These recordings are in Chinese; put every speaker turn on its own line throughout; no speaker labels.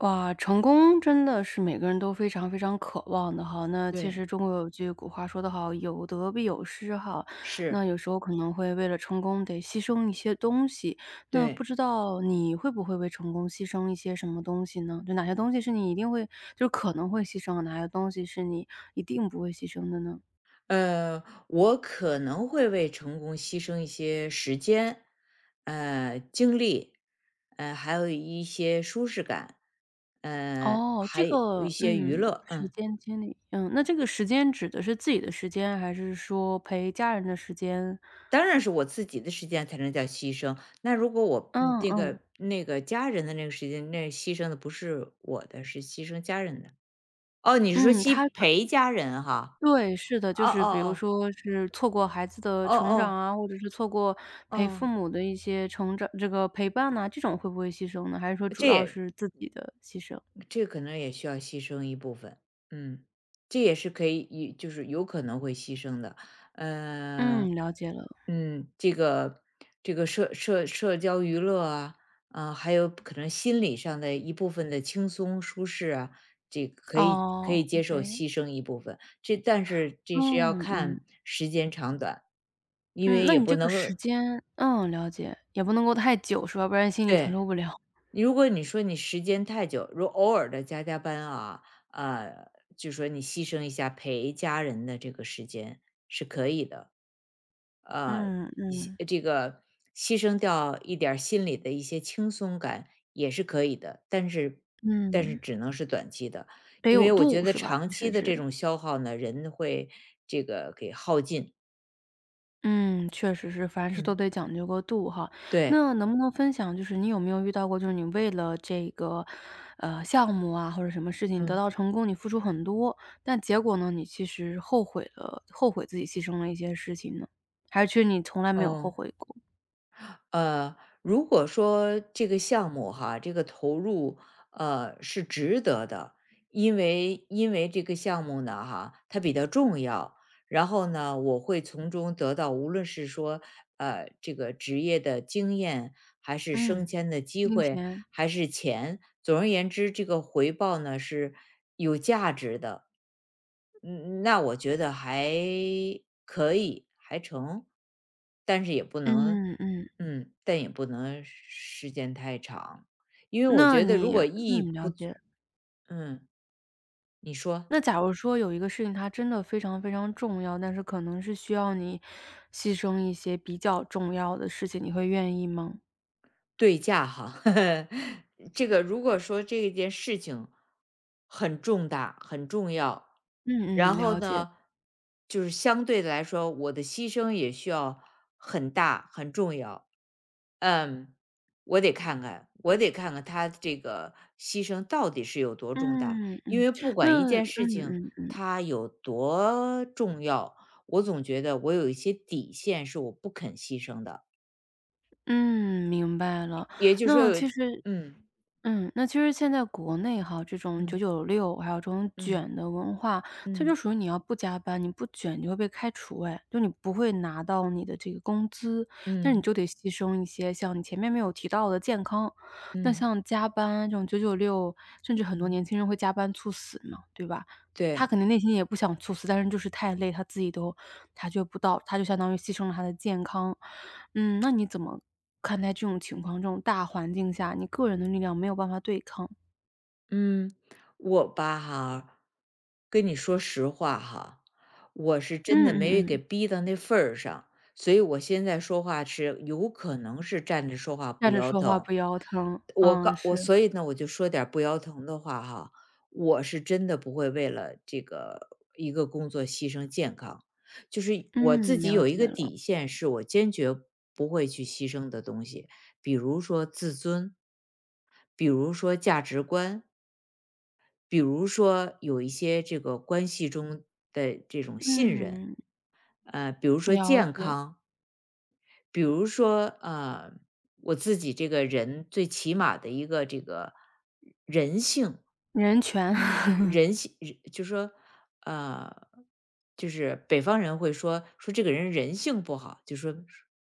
哇，成功真的是每个人都非常非常渴望的哈。那其
对，
实中国有句古话说得好，有得必有失哈。
是，
那有时候可能会为了成功得牺牲一些东西，那不
对。
知道你会不会为成功牺牲一些什么东西呢？就哪些东西是你一定会就是可能会牺牲的，哪些东西是你一定不会牺牲的呢？
呃，我可能会为成功牺牲一些时间，精力，还有一些舒适感，
哦，这
还有一
个
些娱
嗯，
乐。
时
嗯，
间精力，嗯，那这个时间指的是自己的时间，还是说陪家人的时间？
当然是我自己的时间才能叫牺牲。那如果我
嗯
那
嗯，
个那个家人的那个时间，那牺牲的不是我的，是牺牲家人的。哦，你是说
嗯，
牺陪家人哈？
对，是的，就
哦
是比如
哦
说是错过孩子的
哦哦
成长
哦
啊，或者是错过陪父
哦，
母的一些成长这个陪伴呐，这种会不会牺牲呢？还是说主
这
要
也
是自己的牺牲？
这可能也需要牺牲一部分，嗯，这也是可以，就是有可能会牺牲的，呃，
嗯，了解了。
嗯，这个这个社交娱乐啊，啊、还有可能心理上的一部分的轻松舒适啊，这个可以
哦，
接受牺牲一部分，但是这是要
嗯，嗯，
看时间长短，因
嗯，
为
那
也
你
不
这个
能
时
够
间嗯，了解，也不能够太久是吧？不然心里承
对
受不了。
如果你说你时间太久，如偶尔的加班啊，呃，就说你牺牲一下陪家人的这个时间是可以的，呃，
嗯，
一些
嗯，
这个牺牲掉一点儿心里的一些轻松感也是可以的，但是
嗯，
只能是短期的，
得
因
有
为我觉
度
得
是吧？
长
其实
期的这
是。
种消耗呢，人会这个给耗尽。
嗯，确实是，凡事都
嗯，
得讲究个度哈。
对，
那能不能分享，就是你有没有遇到过，就是你为了这个，项目啊，或者什么事情得
嗯，
到成功，你付出很多，但结果呢，你其实后悔了，后悔自己牺牲了一些事情呢？还是其实你从来没有后
哦。
悔过？
呃，如果说这个项目哈，这个投入是值得的，因为这个项目呢哈，它比较重要，然后呢，我会从中得到无论是说这个职业的经验，还是
嗯，
升迁的机
金
会，
钱，
还是钱，总而言之，这个回报呢是有价值的。嗯，那我觉得还可以，还成，但是也不能，
嗯嗯，
但也不能时间太长，因为我
那
觉得如
你
果意义
嗯，
不
了
足
解。
嗯，你说
那假如说有一个事情，它真的非常非常重要，但是可能是需要你牺牲一些比较重要的事情，你会愿意吗？
对价哈，这个如果说这件事情很重大、很重要，
嗯嗯，
然后
了解。
呢，就是相对的来说，我的牺牲也需要很大、很重要，嗯，我得看看，我得看看他这个牺牲到底是有多重大。
嗯嗯，
因
嗯
为不管一
那
件
嗯
事情
嗯嗯，
它有多重要，我总觉得我有一些底线是我不肯牺牲的。
嗯，明白了。
也就是说
那
有
其实
嗯
嗯，那其实现在国内哈，这种九
嗯
九六还有这种
嗯
卷的文化，它就
嗯
属于你要不加班，你不卷你就会被开除哎，就你不会拿到你的这个工资，但是你
嗯
就得牺牲一些像你前面没有提到的健康。那
嗯
像加班这种九九六，甚至很多
嗯，
年轻人会加班猝死嘛，对吧？他
对。
肯定内心也不想猝死，但是就是太累，他自己都察觉不到，他就相当于牺牲了他的健康。嗯，那你怎么看待这种情况？这种大环境下，你个人的力量没有办法对抗。
嗯，我吧哈，跟你说实话哈，我是
嗯
真的没
嗯
给
嗯，
逼到那份儿上，所以我现在说话是有可能是站着说话不
站着
腰
说话
疼。
不腰疼。
我
嗯，
告我
是。
所以呢，我就说点儿不腰疼的话哈，我是真的不会为了这个一个工作牺牲健康，就是我自
嗯，
己
了
有一
解
个
了。
底线，是我坚决不会去牺牲的东西，比如说自尊，比如说价值观，比如说有一些这个关系中的这种信任，
嗯，
比如说
了
健
解。
康，比如说我自己这个人最起码的一个这个人性，
人权，
人性，人就说呃，就是北方人会说这个人人性不好，就说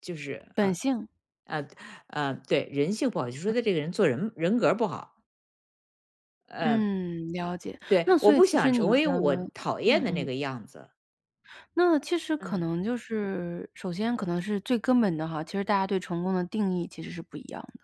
就是
本
啊
性。
啊啊，对，人性不好，就说他这个人做人人格儿不好，嗯、
嗯，了解。
对，
那
我
所以
不
其实
想成
你
为
的
我讨
嗯
厌的那
嗯，
个样子，
那其实可
嗯。
能就是首先可能是最根本的哈，其实大家对成功的定义其实是不一样的，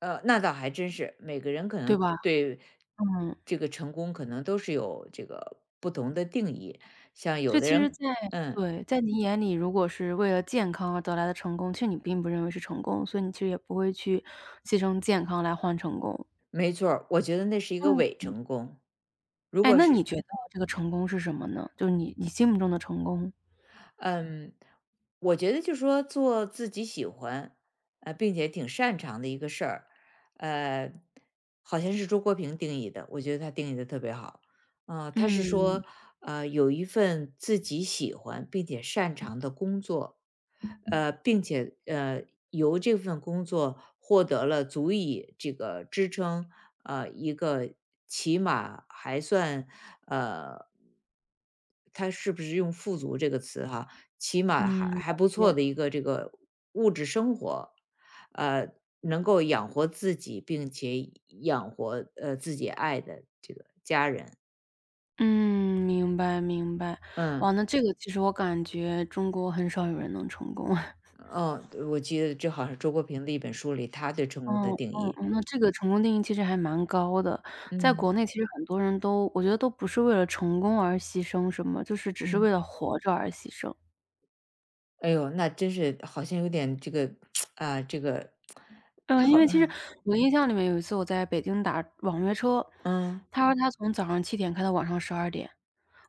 那倒还真是，每个人可
对
能
吧？
对
嗯。
这个成功可能都是有这个不同的定义。像
所
有
以
的
其实
人，
在
嗯，
对，在你眼里，如果是为了健康而得来的成功，其实你并不认为是成功，所以你其实也不会去牺牲健康来换成功。
没错儿我觉得那是一个
嗯。
伪成功。如
哎，
果
那你
是，
觉得这个成功是什么呢？就是你心目中的成功？
嗯，我觉得就说做自己喜欢，并且挺擅长的一个事儿，呃，好像是周国平定义的，我觉得他定义的特别好。啊、他是说，
嗯，
有一份自己喜欢并且擅长的工作，并且由这份工作获得了足以这个支撑一个起码还算呃，他是不是用富足这个词哈？起码还
嗯，了
还不错
解。
的一个这个物质生活，呃，能够养活自己，并且养活自己爱的这个家人。
嗯，明白明白。
嗯，
哇，那这个其实我感觉中国很少有人能成功。
哦，我记得这好像是周国平的一本书里他对成功
嗯
的定
嗯
义。
嗯，那这个成功定义其实还蛮高的。在
嗯
国内其实很多人都我觉得都不是为了成功而牺牲什么，就是只是
嗯。
为了活着而牺牲。
哎呦，那真是好像有点这个 啊，这个，
嗯，因为其实我印象里面有一次我在北京打网约车，
嗯
他说他从早上七点开到晚上十二点。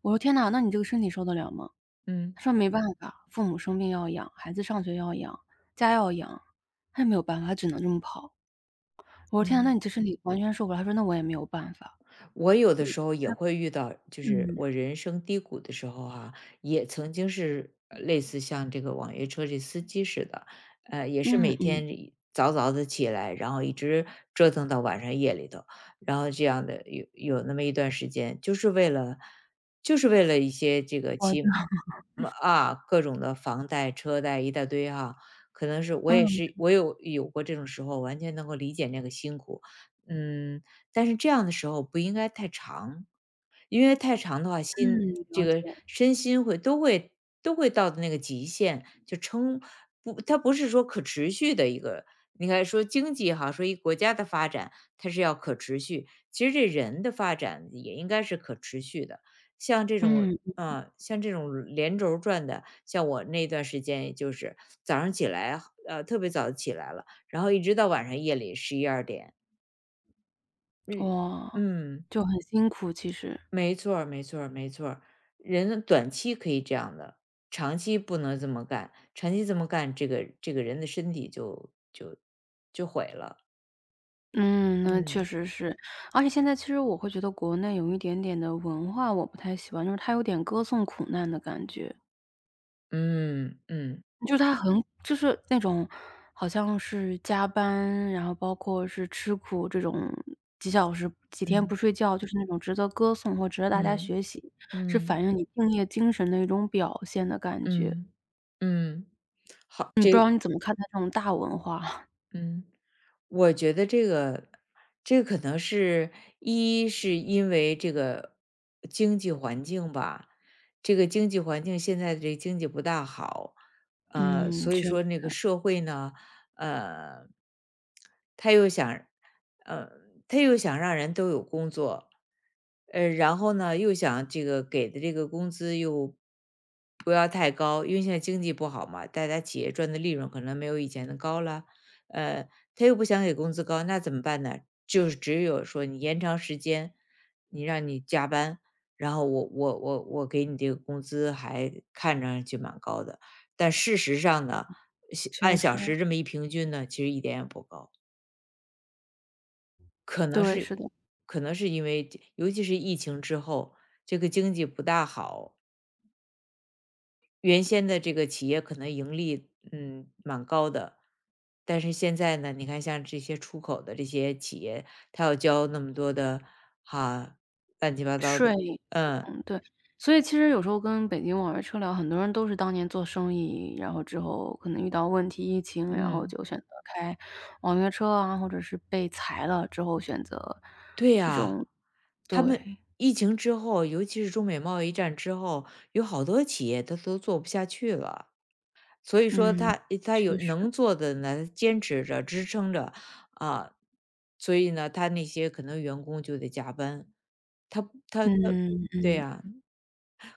我说：“天呐，那你这个身体受得了吗？”
嗯
他说：“没办法，父母生病要养，孩子上学要养，家要养。”他也没有办法，只能这么跑。我说：“天呐，那你
嗯。
这身体完全受不了。”他说：“那我也没有办法。”
我有的
就是
时候也会遇到，就是
嗯，
我人生低谷的时候哈、也曾经是类似像这个网约车这司机似的，也是
嗯
每
嗯，
天一早早的起来，然后一直折腾到晚上夜里头，然后这样的有那么一段时间，就是为了一些这个
我
期嗯啊各种的房贷、车贷一大堆哈、可能是我也
嗯。
是我有有过这种时候，完全能够理解那个辛苦，嗯。但是这样的时候不应该太长，因为太长的话，心
嗯，了
这
解。
个身心会都会都会到的那个极限，就撑不，它不是说可持续的一个。你看，说经济哈，说一国家的发展，它是要可持续。其实这人的发展也应该是可持续的。像这种，
嗯，
啊，像这种连轴转的，像我那段时间，也就是早上起来，特别早地起来了，然后一直到晚上夜里11、12点，嗯
哇，
嗯。
就很辛苦其实。
没错儿，没错儿，没错儿。人短期可以这样的，长期不能这么干。长期这么干，这个人的身体就毁了。
嗯，那确
嗯。
实是。而且现在其实我会觉得国内有一点点的文化我不太喜欢，就是它有点歌颂苦难的感觉。
嗯嗯
就是它很就是那种好像是加班，然后包括是吃苦这种几小时、几天
嗯，
不睡觉，就是那种值得歌颂或值得大家
嗯
学习，是
嗯
反映你敬业精神的一种表现的感觉。
嗯嗯，好，
嗯，不知道
这
你怎么看待这种大文化？
嗯。我觉得这个可能是一是因为这个经济环境吧，这个经济环境现在的这经济不大好，
嗯，
所以
确
说
实。
那个社会呢，呃，他又想，呃，他又想让人都有工作，然后呢又想这个给的这个工资又不要太高，因为现在经济不好嘛，大家企业赚的利润可能没有以前的高了。呃，他又不想给工资高，那怎么办呢？就是只有说你延长时间，你让你加班，然后我给你这个工资还看着就蛮高的，但事实上呢，按
确
小
实，
时这么一平均呢，其实一点也不高。可能
对，是
是
的，
可能是因为尤其是疫情之后，这个经济不大好，原先的这个企业可能盈利，蛮高的，但是现在呢，你看像这些出口的这些企业，他要交那么多的哈，乱七八糟
税
的，嗯
嗯，对。所以其实有时候跟北京网约车聊，很多人都是当年做生意，然后之后可能遇到问题、疫情，然后
嗯，
就选择开网约车啊，或者是被裁了之后选择
对
这
呀，
种
他
对，
们疫情之后，尤其是中美贸易战之后，有好多企业它都做不下去了，所以说
嗯，
他有
确实，
能做的呢，坚持着支撑着啊，所以呢，他那些可能员工就得加班。他他他
嗯
对
嗯
呀，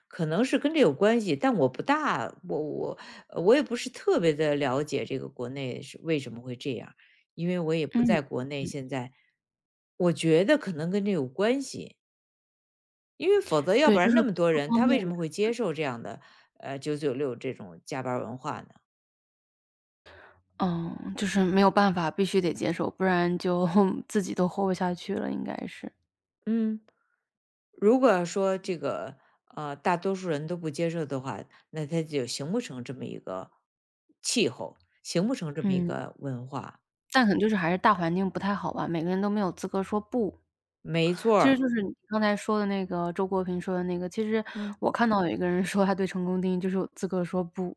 可能是跟这有关系，但我不大我我呃我也不是特别的了解这个国内是为什么会这样，因为我也不
嗯
在国内
嗯，
现在。我觉得可能跟这有关系，因为否则要不
对，就
然那
是
么多
各
人，
方
他
面，
为什么会接受这样的，996这种加班儿文化呢？
嗯，就是没有办法，必须得接受，不然就 自己都活不下去了，应该是，
嗯，如果说这个，大多数人都不接受的话，那他就形不成这么一个气候，形不成这么一
嗯。
个文化。
但可能就是还是大环境不太好吧，每个人都没有资格说不。
没错
其实
儿，
就是你刚才说的那个周国平说的那个，其实
嗯。
我看到有一个人 说他对成功定义就是有资格说不，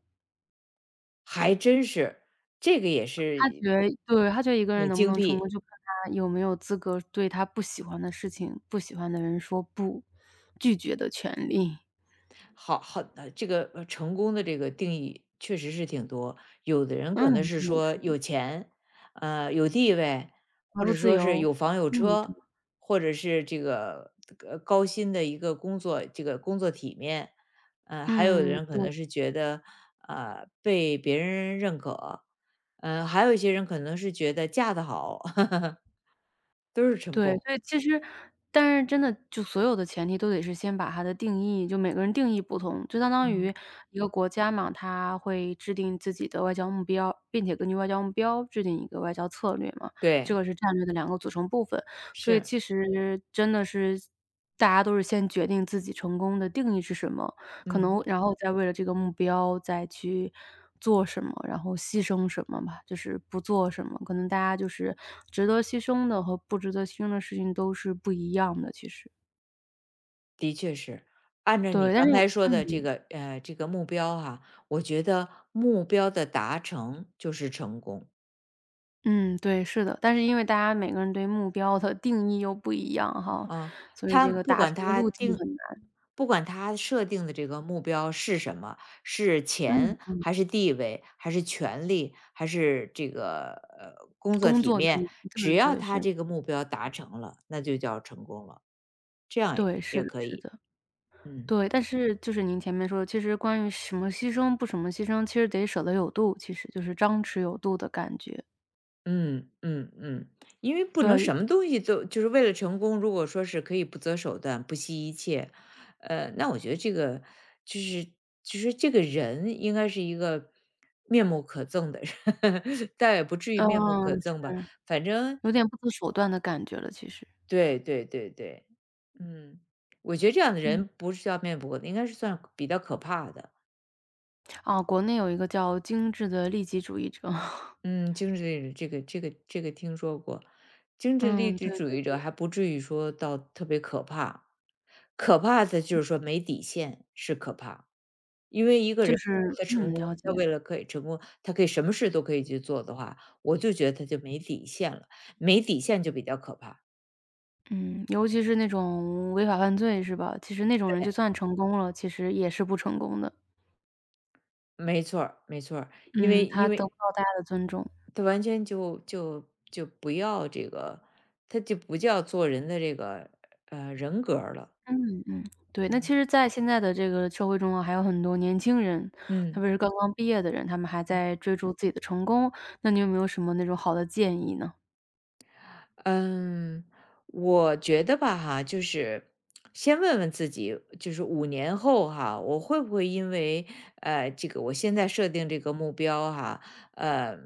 还真是，这个也是
他觉得对，他觉得一个人
挺
能不
精
能成功，
辟，
就看他有没有资格对他不喜欢的事情、不喜欢的人说不，拒绝的权利。
好好这个，成功的这个定义确实是挺多。有的人可能
嗯，
是
对，
说有钱，有地位，
财
或
务
者
自
说是
由，
有房有
嗯，对，
车，或者是这个高薪的一个工作这个工作体面。还有的
嗯，
人可
对。
能是觉得，被别人认可，还有一些人可能是觉得嫁得好。都是成
对，
功。
所以其实但是真的就所有的前提都得是先把它的定义就每个人定义不同，就相当
嗯，
于一个国家嘛，它会制定自己的外交目标，并且根据外交目标制定一个外交策略嘛，这
对，
个是战略的两个组成部分。所以
是，
其实真的是大家都是先决定自己成功的定义是什么，可
嗯，
能然后再为了这个目标再去做什么，然后牺牲什么吧，就是不做什么，可能大家就是值得牺牲的和不值得牺牲的事情都是不一样的，其实。
的确是。按照你
对，但是
刚才说的这
嗯，
个这个目标哈，我觉得目标的达成就是成功
嗯，对，是的，但是因为大家每个人对目标的定义又不一样哈，
啊。
所以
他
这个
不
达
管
成的
他
路径
定，
很难。
不管他设定的这个目标是什么，是钱
嗯，
还是地位还是权利还是这个工作
工
体
作就你
面，只
对
要
对，
他
是，
这个目标达成了，那就叫成功了。这样
对，是
也
的
可
是
以，
的。
嗯。
对，但是就是您前面说的，其实关于什么牺牲不什么牺牲，其实得舍得有度，其实就是张弛有度的感觉。
嗯嗯嗯，因为不能
对，
什么东西都就是为了成功，如果说是可以不择手段、不惜一切，那我觉得这个就是就是这个人应该是一个面目可憎的人，倒也不至于面目
嗯，
可憎吧。反正
有点不择手段的感觉了，其实。
对对对对，嗯，我觉得这样的
嗯，
人不是叫面目可憎，应该是算比较可怕的。
啊，国内有一个叫“精致的利己主义者”
嗯，精致励志这个听说过，精致励
嗯，
志
对
主
对，
义者还不至于说到特别可怕，可怕的就是说没底线是可怕，因为一个
就
人
是
他成
嗯，
功，
了解。
他为了可以成功，他可以什么事都可以去做的话，我就觉得他就没底线了，没底线就比较可怕。
嗯，尤其是那种违法犯罪是吧？其实那种人
对，
就算成功了，其实也是不成功的。
没错儿没错儿因
嗯，
为
他
因
得不
为
到大家的尊重。
他完全就不要这个，他就不叫做人的这个人格儿了，
嗯嗯，对，
嗯
那其实
嗯。
在现在的这个社会中啊，还有很多年轻人，特
嗯
别是刚刚毕业的人，他们还在追逐自己的成功，那你有没有什么那种好的建议呢？
嗯，我觉得吧哈，就是先问问自己，就是5年后哈，我会不会因为这个我现在设定这个目标哈，呃，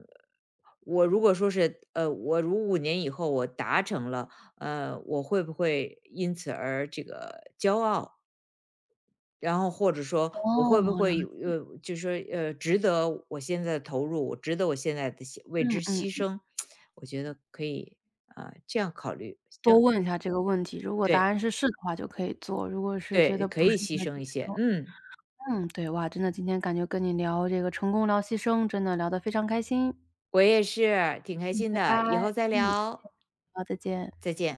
我如果说是呃我如5年以后我达成了，我会不会因此而这个骄傲？然后或者说我会不
哦，了
会有
解
就是说值得我现在的投入，我值得我现在的为
嗯
之
嗯，
牺牲，我觉得可以啊、这样考虑。
多问一下这个问题，如果答
对，
案是是的话就可以做，如果是觉
对，
得
可
不
以
是
牺
那其
牲一
实
些，
就
嗯，
嗯，对，哇，真的今天感觉跟你聊这个成功聊牺牲，真的聊得非常开心。
我也是，挺开
嗯，
心
拜拜。
的，以后再
嗯，
聊。
好，再见。
再见。